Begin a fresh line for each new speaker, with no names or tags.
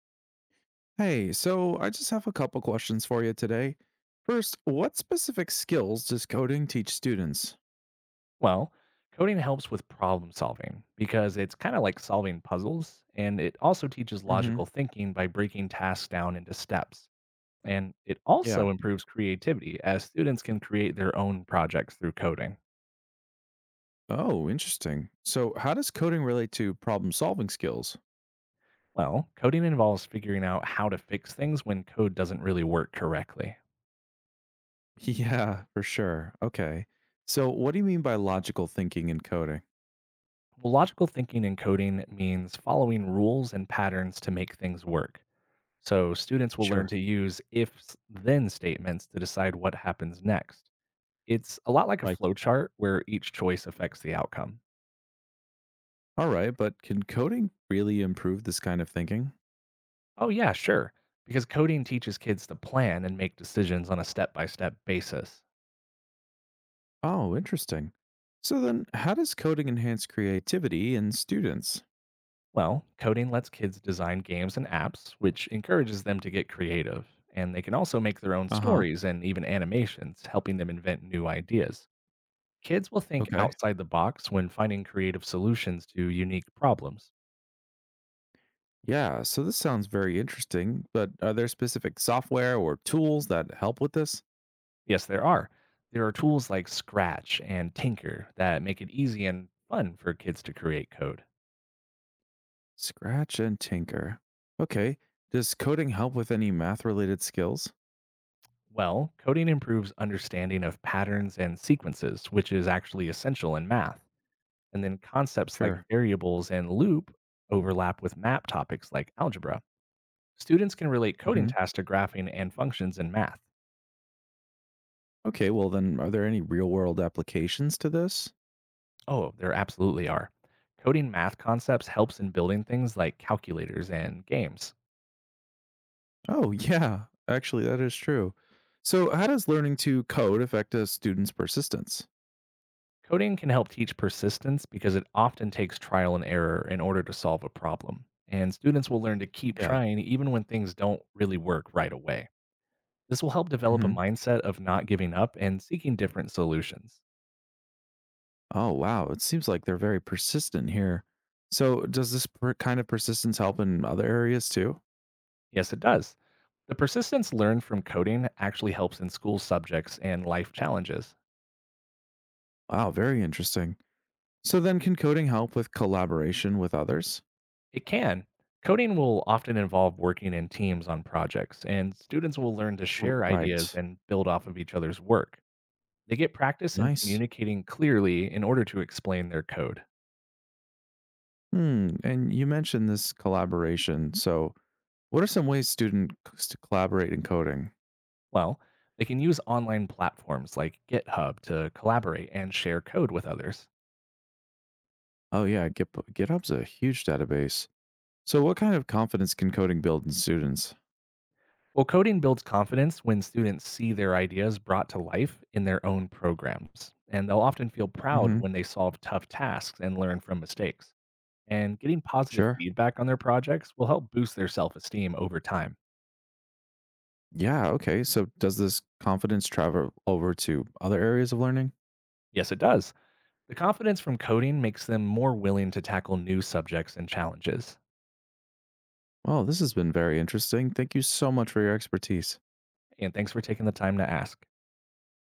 Hey, so I just have a couple questions for you today. First, what specific skills does coding teach students?
Well, coding helps with problem solving because it's kind of like solving puzzles, and it also teaches
Hmm.
logical thinking by breaking tasks down into steps. And it
Yeah.
also improves creativity as students can create their own projects through coding.
Oh, interesting. So, how does coding relate to problem solving skills?
Well, coding involves figuring out how to fix things when code doesn't really work correctly.
Yeah, for sure. Okay. So, what do you mean by logical thinking in coding?
Well, logical thinking in coding means following rules and patterns to make things work. So, students will learn
Sure.
to use if s- then statements to decide what happens next. It's a lot like a
Right.
flow chart where each choice affects the outcome.
All right, but can coding really improve this kind of thinking?
Oh, yeah, sure. Because coding teaches kids to plan and make decisions on a step by step basis.
Oh, interesting. So, then how does coding enhance creativity in students?
Well, coding lets kids design games and apps, which encourages them to get creative. And they can also make their own
Uh huh.
stories and even animations, helping them invent new ideas. Kids will think
Okay.
outside the box when finding creative solutions to unique problems.
Yeah, so this sounds very interesting, but are there specific software or tools that help with this?
Yes, there are. There are tools like Scratch and Tinker that make it easy and fun for kids to create code.
Scratch and Tinker. Okay. Does coding help with any math related skills?
Well, coding improves understanding of patterns and sequences, which is actually essential in math. And then concepts like
Sure.
variables and loop overlap with map topics like algebra. Students can relate coding
Hmm.
tasks to graphing and functions in math.
Okay, well, then are there any real world applications to this?
Oh, there absolutely are. Coding math concepts helps in building things like calculators and games.
Oh, yeah, actually, that is true. So, how does learning to code affect a student's persistence?
Coding can help teach persistence because it often takes trial and error in order to solve a problem. And students will learn to keep
Yeah.
trying even when things don't really work right away. This will help develop a
Hmm.
mindset of not giving up and seeking different solutions.
Oh, wow. It seems like they're very persistent here. So, does this kind of persistence help in other areas too?
Yes, it does. The persistence learned from coding actually helps in school subjects and life challenges.
Wow, very interesting. So then can coding help with collaboration with others?
It can. Coding will often involve working in teams on projects, and students will learn to share
Right.
ideas and build off of each other's work. They get practice in
Nice.
communicating clearly in order to explain their code.
Hmm. And you mentioned this collaboration. So what are some ways students to collaborate in coding?
Well, they can use online platforms like GitHub to collaborate and share code with others.
Oh yeah, Git, GitHub's a huge database. So what kind of confidence can coding build in students?
Well, coding builds confidence when students see their ideas brought to life in their own programs, and they'll often feel proud
Hmm.
when they solve tough tasks and learn from mistakes. And getting positive
Sure.
feedback on their projects will help boost their self esteem over time.
Yeah. Okay. So does this confidence travel over to other areas of learning?
Yes, it does. The confidence from coding makes them more willing to tackle new subjects and challenges.
Well, this has been very interesting. Thank you so much for your expertise.
And thanks for taking the time to ask.